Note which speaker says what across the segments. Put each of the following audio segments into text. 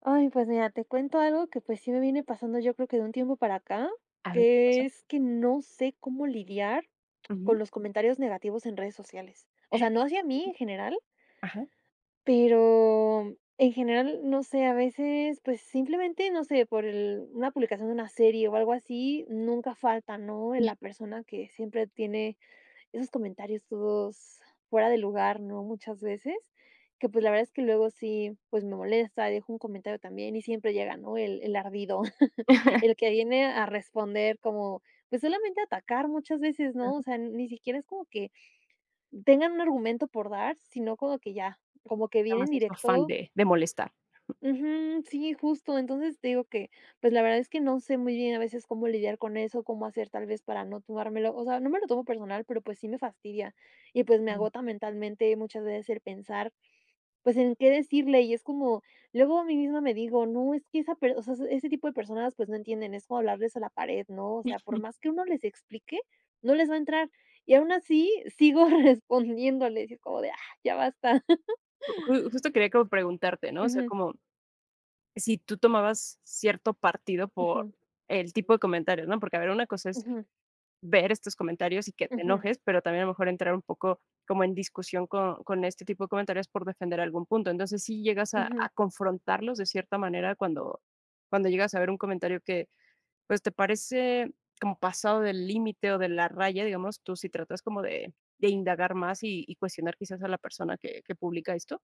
Speaker 1: Ay, pues mira, te cuento algo que pues sí me viene pasando yo creo que de un tiempo para acá,
Speaker 2: A ver, ¿qué
Speaker 1: que
Speaker 2: pasó?
Speaker 1: es que no sé cómo lidiar con
Speaker 2: Ujú.
Speaker 1: los comentarios negativos en redes sociales. O sea, no hacia mí en general,
Speaker 2: Ajá.
Speaker 1: pero en general, no sé, a veces pues simplemente, no sé, una publicación de una serie o algo así, nunca falta, ¿no? La persona que siempre tiene esos comentarios todos fuera de lugar, ¿no?, muchas veces, que, pues, la verdad es que luego sí, pues, me molesta, dejo un comentario también y siempre llega, ¿no?, el ardido, el que viene a responder como, pues, solamente a atacar muchas veces, ¿no? O
Speaker 2: Ujú.
Speaker 1: sea, ni siquiera es como que tengan un argumento por dar, sino como que ya, como que
Speaker 2: Nada
Speaker 1: vienen
Speaker 2: más en su afán
Speaker 1: directo.
Speaker 2: de molestar.
Speaker 1: Ujú, sí, justo. Entonces, te digo que, pues, la verdad es que no sé muy bien a veces cómo lidiar con eso, cómo hacer tal vez para no tomármelo, o sea, no me lo tomo personal, pero, pues, sí me fastidia y, pues, me
Speaker 2: Mm.
Speaker 1: agota mentalmente muchas veces el pensar, pues, en qué decirle y es como, luego a mí misma me digo: "No, es que esa per o sea, ese tipo de personas, pues, no entienden, es como hablarles a la pared", ¿no? O sea, por más que uno les explique, no les va a entrar y aún así sigo respondiéndoles y es como de: "Ah, ya basta".
Speaker 2: Ju justo quería como preguntarte, ¿no? O sea,
Speaker 1: Ujú,
Speaker 2: como si tú tomabas cierto partido por
Speaker 1: ujú,
Speaker 2: el tipo de comentarios, ¿no? Porque, a ver, una cosa es
Speaker 1: ujú,
Speaker 2: ver estos comentarios y que te
Speaker 1: ujú,
Speaker 2: enojes, pero también a lo mejor entrar un poco como en discusión con este tipo de comentarios por defender algún punto. Entonces, si llegas a
Speaker 1: ujú.
Speaker 2: a confrontarlos de cierta manera cuando llegas a ver un comentario que pues, ¿te parece como pasado del límite o de la raya? Digamos, tú si tratas como de indagar más y cuestionar quizás a la persona que publica esto.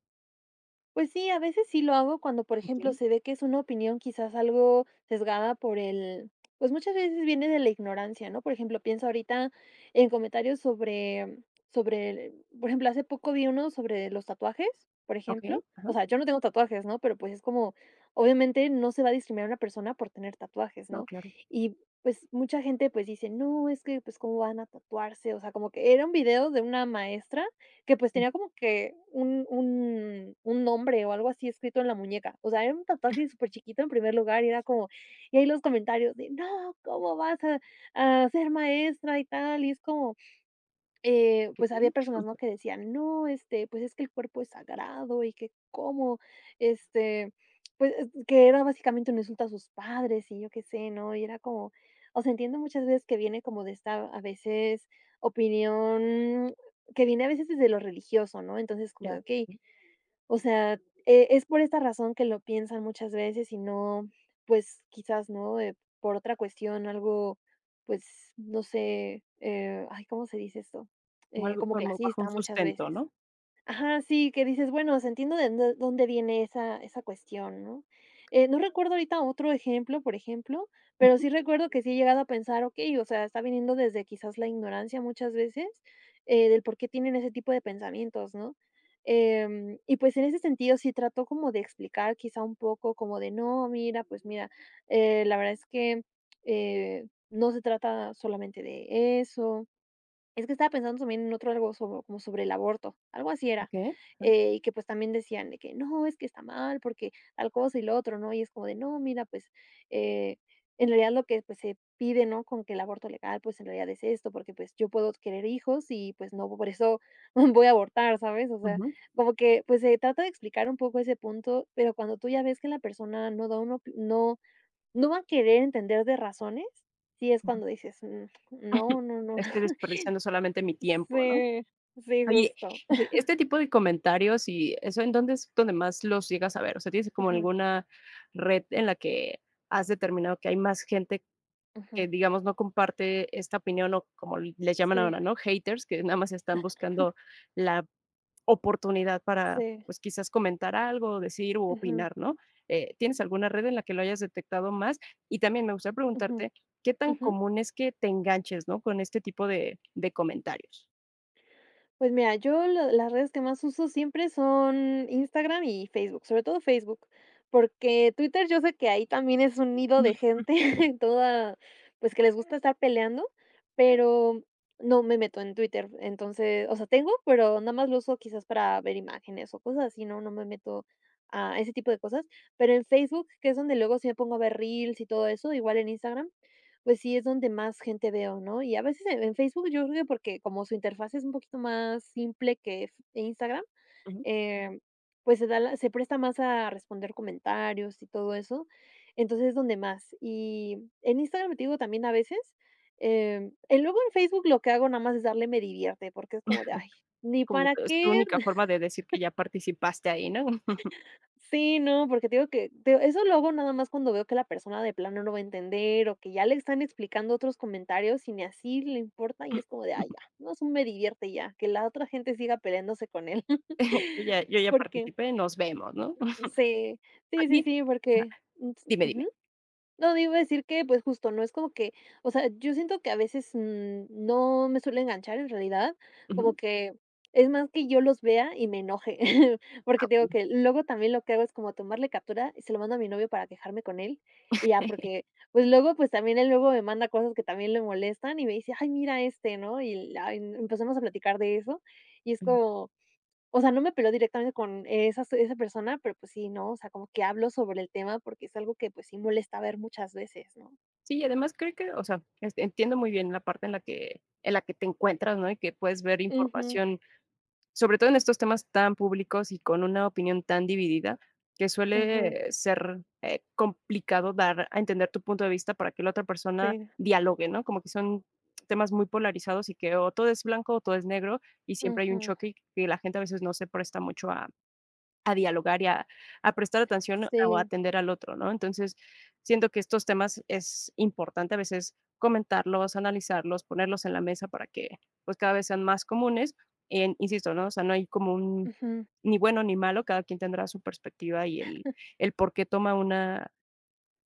Speaker 1: Pues sí, a veces sí lo hago cuando, por ejemplo,
Speaker 2: Okey,
Speaker 1: se ve que es una opinión quizás algo sesgada pues muchas veces viene de la ignorancia, ¿no? Por ejemplo, pienso ahorita en comentarios sobre, por ejemplo, hace poco vi uno sobre los tatuajes, por ejemplo.
Speaker 2: okey, ajá.
Speaker 1: O sea, yo no tengo tatuajes, ¿no? Pero pues es como, obviamente no se va a discriminar a una persona por tener tatuajes,
Speaker 2: No,
Speaker 1: ¿no?
Speaker 2: claro.
Speaker 1: Y pues mucha gente pues dice, no, es que pues cómo van a tatuarse, o sea, como que era un video de una maestra que, pues, tenía como que un nombre o algo así escrito en la muñeca. O sea, era un tatuaje súper chiquito en primer lugar, y era como y ahí los comentarios de: "No, ¿cómo vas a ser maestra y tal?" Y es como pues había
Speaker 2: Okey,
Speaker 1: personas, ¿no? Que decían, no, este, pues es que el cuerpo es sagrado y que cómo, este, pues es que era básicamente un insulto a sus padres y yo qué sé, ¿no? Y era como, o sea, entiendo muchas veces que viene como de esta, a veces, opinión que viene a veces desde lo religioso, ¿no? Entonces, como de,
Speaker 2: ya.
Speaker 1: ok, o sea, es por esta razón que lo piensan muchas veces y no, pues, quizás, ¿no?, por otra cuestión, algo, pues, no sé, ay, ¿cómo se dice esto?,
Speaker 2: Como algo
Speaker 1: como
Speaker 2: como bajo un
Speaker 1: clasista muchas
Speaker 2: sustento,
Speaker 1: veces.
Speaker 2: ¿no?
Speaker 1: Ajá, sí, que dices, bueno, o sea, entiendo de dó dónde viene esa cuestión, ¿no? No recuerdo ahorita otro ejemplo, por ejemplo, pero sí
Speaker 2: Ujú,
Speaker 1: recuerdo que sí he llegado a pensar, okey, o sea, está viniendo desde quizás la ignorancia muchas veces, del por qué tienen ese tipo de pensamientos, ¿no? Y pues en ese sentido sí trató como de explicar quizá un poco como de: "No, mira, pues mira, la verdad es que, no se trata solamente de eso". Es que estaba pensando también en otro algo sobre como sobre el aborto, algo así era,
Speaker 2: okey,
Speaker 1: y que, pues, también decían de que: "No, es que está mal porque tal cosa y lo otro", ¿no? Y es como de: "No, mira, pues, eh, en realidad lo que, pues, se pide, ¿no?, con que el aborto legal, pues, en realidad es esto, porque, pues, yo puedo querer hijos y, pues, no por eso voy a abortar", ¿sabes? O sea,
Speaker 2: ujú,
Speaker 1: como que, pues, se trata de explicar un poco ese punto, pero cuando tú ya ves que la persona no da uno no no va a querer entender de razones, sí es
Speaker 2: ujú.
Speaker 1: cuando dices: "Mm, no, no, no".
Speaker 2: Estoy desperdiciando solamente mi tiempo, ¿no?
Speaker 1: Sí, sí,
Speaker 2: Oye,
Speaker 1: justo.
Speaker 2: y este tipo de comentarios y eso, ¿en dónde es donde más los llegas a ver? O sea, ¿tienes como
Speaker 1: Ujú,
Speaker 2: alguna red en la que has determinado que hay más gente
Speaker 1: ujú.
Speaker 2: que, digamos, no comparte esta opinión o como les llaman
Speaker 1: Sí,
Speaker 2: ahora, ¿no? Haters, que nada más están buscando la oportunidad para,
Speaker 1: sí.
Speaker 2: pues, quizás comentar algo, decir u
Speaker 1: Ujú,
Speaker 2: opinar, ¿no? ¿Tienes alguna red en la que lo hayas detectado más? Y también me gustaría
Speaker 1: ujú,
Speaker 2: preguntarte, ¿qué tan
Speaker 1: ujú.
Speaker 2: común es que te enganches, ¿no? Con este tipo de comentarios.
Speaker 1: Pues mira, yo la las redes que más uso siempre son Instagram y Facebook, sobre todo Facebook, porque Twitter yo sé que ahí también es un nido de gente toda, pues, que les gusta estar peleando, pero no me meto en Twitter. Entonces, o sea, tengo, pero nada más lo uso quizás para ver imágenes o cosas así, no me meto a ese tipo de cosas. Pero en Facebook, que es donde luego sí me pongo a ver reels y todo eso, igual en Instagram, pues sí, es donde más gente veo, ¿no? Y a veces en Facebook, yo creo que porque como su interfaz es un poquito más simple que F Instagram,
Speaker 2: Ujú.
Speaker 1: em, pues se da la se presta más a responder comentarios y todo eso, entonces es donde más. Y en Instagram, te digo, también a veces, y luego en Facebook lo que hago nada más es darle me divierte, porque es como de: "Ay, ni
Speaker 2: Como
Speaker 1: para
Speaker 2: tu es tu
Speaker 1: qué".
Speaker 2: única forma de decir que ya participaste ahí, ¿no?
Speaker 1: Sí, no, porque te digo que te eso lo hago nada más cuando veo que la persona de plano no va a entender, o que ya le están explicando otros comentarios y ni así le importa, y es como de: "Ay, ya, no, solo me divierte ya, que la otra gente siga peleándose con él".
Speaker 2: Yo ya yo ya
Speaker 1: Porque
Speaker 2: participé, nos vemos, ¿no?
Speaker 1: sí, sí, sí,
Speaker 2: Oye,
Speaker 1: sí, porque,
Speaker 2: dime, dime.
Speaker 1: ujú. No, te iba a decir que, pues, justo, no es como que, o sea, yo siento que a veces, no me suele enganchar en realidad, como
Speaker 2: Ujú.
Speaker 1: que es más que yo los vea y me enoje,
Speaker 2: Ah,
Speaker 1: porque te digo
Speaker 2: okey.
Speaker 1: que luego también lo que hago es como tomarle captura y se lo mando a mi novio para quejarme con él, y ya, porque, pues, luego, pues, también él luego me manda cosas que también le molestan y me dice: "Ay, mira este", ¿no? Y, ay, empezamos a platicar de eso, y es como o sea, no me peleó directamente con esa persona, pero, pues sí, ¿no? O sea, como que hablo sobre el tema porque es algo que, pues, sí molesta ver muchas veces, ¿no?
Speaker 2: Sí, y además creo que, o sea, este, entiendo muy bien la parte en la que te encuentras, ¿no? Y que puedes ver
Speaker 1: Ujú,
Speaker 2: información, sobre todo en estos temas tan públicos y con una opinión tan dividida, que
Speaker 1: ujú,
Speaker 2: suele ser, complicado dar a entender tu punto de vista para que la otra persona
Speaker 1: sí,
Speaker 2: dialogue, ¿no? Como que son temas muy polarizados y que o todo es blanco o todo es negro, y siempre hay un
Speaker 1: ujú,
Speaker 2: choque y que la gente a veces no se presta mucho a dialogar y a prestar atención o a
Speaker 1: sí,
Speaker 2: atender al otro, ¿no? Entonces, siento que estos temas es importante a veces comentarlos, analizarlos, ponerlos en la mesa para que, pues, cada vez sean más comunes, en insisto, ¿no? O sea, no hay como un
Speaker 1: ujú,
Speaker 2: ni bueno ni malo, cada quien tendrá su perspectiva y el por qué toma una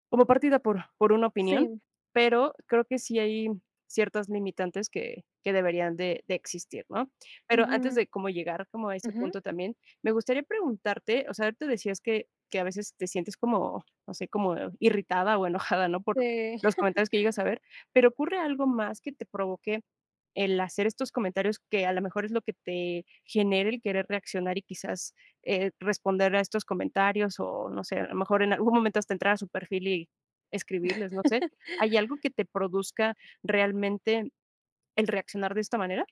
Speaker 2: como partida por una opinión,
Speaker 1: sí,
Speaker 2: pero creo que sí hay ciertas limitantes que deberían de existir, ¿no? Pero antes
Speaker 1: ujú,
Speaker 2: de cómo llegar como a ese
Speaker 1: ujú,
Speaker 2: punto también, me gustaría preguntarte, o sea, ahorita decías que a veces te sientes como, no sé, como irritada o enojada, ¿no? Por
Speaker 1: sí.
Speaker 2: los comentarios que llegas a ver, pero, ¿ocurre algo más que te provoque el hacer estos comentarios que a lo mejor es lo que te genere el querer reaccionar y quizás responder a estos comentarios o no sé, a lo mejor en algún momento hasta entrar a su perfil y escribirles, no sé. ¿Hay algo que te produzca realmente el reaccionar de esta manera?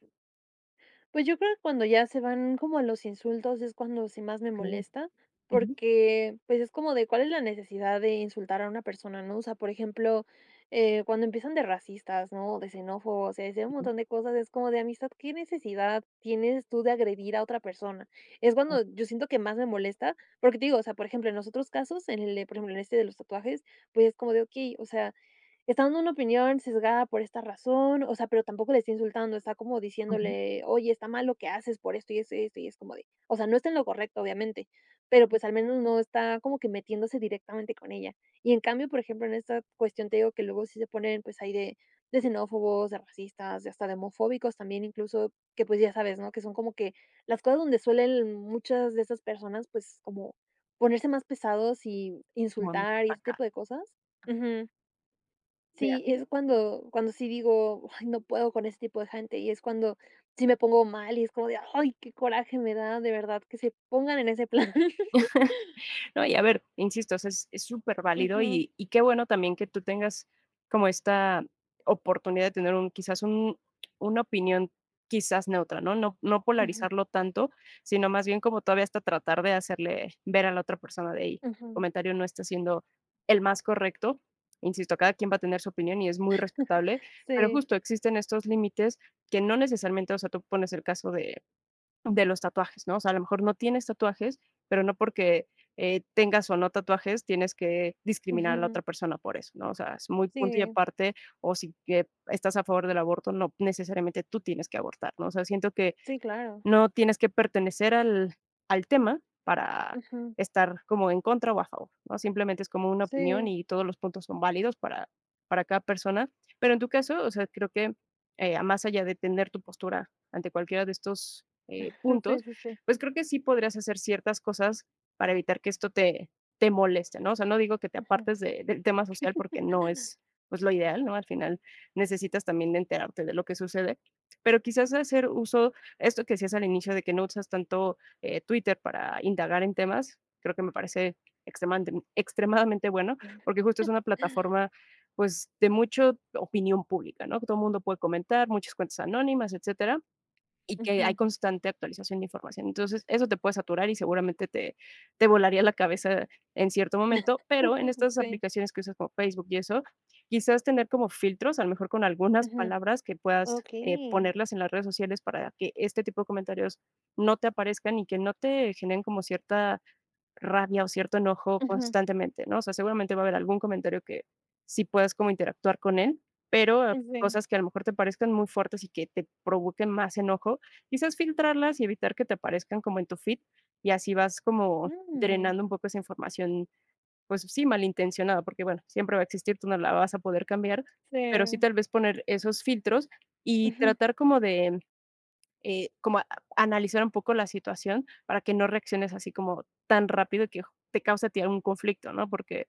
Speaker 1: Pues yo creo que cuando ya se van como a los insultos es cuando sí más me
Speaker 2: Okey.
Speaker 1: molesta,
Speaker 2: Ujú,
Speaker 1: porque pues es como de cuál es la necesidad de insultar a una persona, ¿no? O sea, por ejemplo, cuando empiezan de racistas, ¿no? De xenófobos, o sea, de un
Speaker 2: ujú,
Speaker 1: montón de cosas, es como de amistad, ¿qué necesidad tienes tú de agredir a otra persona? Es
Speaker 2: ujú,
Speaker 1: cuando yo siento que más me molesta, porque te digo, o sea, por ejemplo, en los otros casos, por ejemplo, en este de los tatuajes, pues es como de, ok, o sea, está dando una opinión sesgada por esta razón, o sea, pero tampoco le está insultando, está como
Speaker 2: ujú.
Speaker 1: diciéndole: "Oye, está mal lo que haces por esto y esto y esto", y es como de o sea, no está en lo correcto, obviamente, pero, pues, al menos no está como que metiéndose directamente con ella. Y en cambio, por ejemplo, en esta cuestión te digo que luego sí se ponen, pues, ahí de xenófobos, de racistas, de hasta de homofóbicos también incluso, que, pues, ya sabes, ¿no? Que son como que las cosas donde suelen muchas de esas personas, pues, como ponerse más pesados y
Speaker 2: Como no.
Speaker 1: insultar y ese tipo de cosas. Sí, es cuando sí digo: "Ay, no puedo con ese tipo de gente", y es cuando sí me pongo mal, y es como de: "Ay, qué coraje me da, de verdad, que se pongan en ese plan".
Speaker 2: No, y a ver, insisto, o sea, es súper válido
Speaker 1: Ujú,
Speaker 2: y qué bueno también que tú tengas como esta oportunidad de tener un quizás un una opinión quizás neutra, ¿no? No
Speaker 1: ujú,
Speaker 2: polarizarlo tanto, sino más bien como todavía hasta tratar de hacerle ver a la otra persona de: "Hey,
Speaker 1: ujú.
Speaker 2: comentario no está siendo el más correcto". Insisto, cada quien va a tener su opinión y es muy respetable, pero
Speaker 1: Sí,
Speaker 2: justo existen estos límites que no necesariamente, o sea, tú pones el caso de los tatuajes, ¿no? O sea, a lo mejor no tienes tatuajes, pero no porque tengas o no tatuajes tienes que discriminar a la
Speaker 1: ujú,
Speaker 2: otra persona por eso, ¿no? O sea, es muy punto y
Speaker 1: sí,
Speaker 2: aparte, o si que estás a favor del aborto, no necesariamente tú tienes que abortar, ¿no? O sea, siento que
Speaker 1: sí, claro.
Speaker 2: no tienes que pertenecer al tema para
Speaker 1: Ujú,
Speaker 2: estar como en contra o a favor, ¿no? Simplemente es como una opinión
Speaker 1: sí,
Speaker 2: y todos los puntos son válidos para cada persona. Pero en tu caso, o sea, creo que, más allá de tener tu postura ante cualquiera de estos,
Speaker 1: sí,
Speaker 2: puntos,
Speaker 1: sí, sí.
Speaker 2: pues creo que sí podrías hacer ciertas cosas para evitar que esto te moleste, ¿no? O sea, no digo que te
Speaker 1: Ujú,
Speaker 2: apartes de del tema social porque no es, pues, lo ideal, ¿no? Al final necesitas también enterarte de lo que sucede, pero quizás hacer uso esto que decías al inicio de que no usas tanto Twitter para indagar en temas, creo que me parece extremadamente, extremadamente bueno, porque justo es una plataforma pues de mucha opinión pública, ¿no? Que todo el mundo puede comentar, muchas cuentas anónimas, etcétera. Y que hay
Speaker 1: ujú.
Speaker 2: constante actualización de información. Entonces, eso te puede saturar y seguramente te volaría la cabeza en cierto momento, pero en estas
Speaker 1: Sí,
Speaker 2: aplicaciones que usas como Facebook y eso, quizás tener como filtros, a lo mejor con algunas
Speaker 1: ujú.
Speaker 2: palabras que puedas,
Speaker 1: Okey.
Speaker 2: ponerlas en las redes sociales para que este tipo de comentarios no te aparezcan y que no te generen como cierta rabia o cierto enojo
Speaker 1: Ujú,
Speaker 2: constantemente, ¿no? O sea, seguramente va a haber algún comentario que sí puedas como interactuar con él, pero
Speaker 1: sí.
Speaker 2: cosas que a lo mejor te parezcan muy fuertes y que te provoquen más enojo, quizás filtrarlas y evitar que te aparezcan como en tu feed y así vas como
Speaker 1: Mm,
Speaker 2: drenando un poco esa información, pues sí, malintencionada, porque bueno, siempre va a existir, tú no la vas a poder cambiar,
Speaker 1: sí.
Speaker 2: pero sí tal vez poner esos filtros y
Speaker 1: Ujú,
Speaker 2: tratar como de como analizar un poco la situación para que no reacciones así como tan rápido que te cause a ti algún conflicto, ¿no? Porque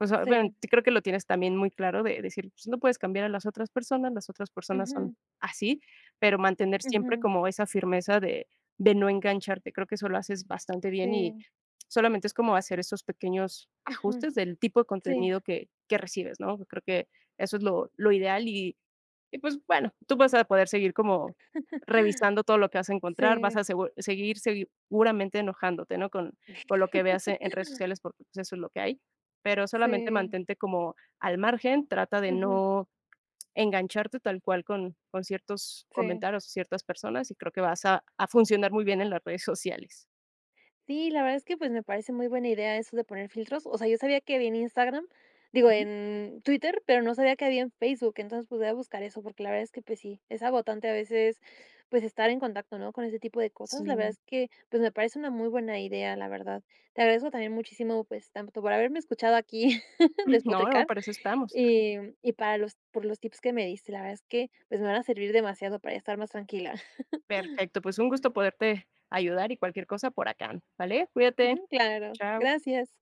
Speaker 2: o sea, bueno,
Speaker 1: sí.
Speaker 2: sí creo que lo tienes también muy claro de decir, pues, no puedes cambiar a las otras personas son
Speaker 1: Ujú,
Speaker 2: así, pero mantener siempre
Speaker 1: ujú,
Speaker 2: como esa firmeza de no engancharte. Creo que eso lo haces bastante bien y
Speaker 1: sí.
Speaker 2: solamente es como hacer esos pequeños
Speaker 1: Ujú,
Speaker 2: ajustes del tipo de
Speaker 1: sí.
Speaker 2: contenido que recibes, ¿no? Creo que eso es lo ideal y pues, bueno, tú vas a poder seguir como revisando todo lo que vas a encontrar, vas a
Speaker 1: Sí.
Speaker 2: seguir seguramente enojándote, ¿no? Con lo que veas en redes sociales porque, pues, eso es lo que hay pero solamente
Speaker 1: Sí.
Speaker 2: mantente como al margen, trata de
Speaker 1: Ujú,
Speaker 2: no engancharte tal cual con ciertos
Speaker 1: sí.
Speaker 2: comentarios o ciertas personas, y creo que vas a funcionar muy bien en las redes sociales.
Speaker 1: Sí, la verdad es que, pues, me parece muy buena idea eso de poner filtros. O sea, yo sabía que había en Instagram, digo,
Speaker 2: Ujú.
Speaker 1: en Twitter, pero no sabía que había en Facebook. Entonces, pues, voy a buscar eso, porque la verdad es que, pues sí, es agotante a veces, pues, estar en contacto, ¿no?, con ese tipo de cosas. La verdad
Speaker 2: Sí.
Speaker 1: es que, pues, me parece una muy buena idea, la verdad. Te agradezco también muchísimo, pues, tanto por haberme escuchado aquí
Speaker 2: No, no,
Speaker 1: despotricar,
Speaker 2: para eso estamos.
Speaker 1: y y para los por los tips que me diste. La verdad es que, pues, me van a servir demasiado para estar más tranquila.
Speaker 2: Perfecto, pues un gusto poderte ayudar y cualquier cosa por acá, ¿vale? Cuídate.
Speaker 1: Claro.
Speaker 2: Chao.
Speaker 1: Gracias.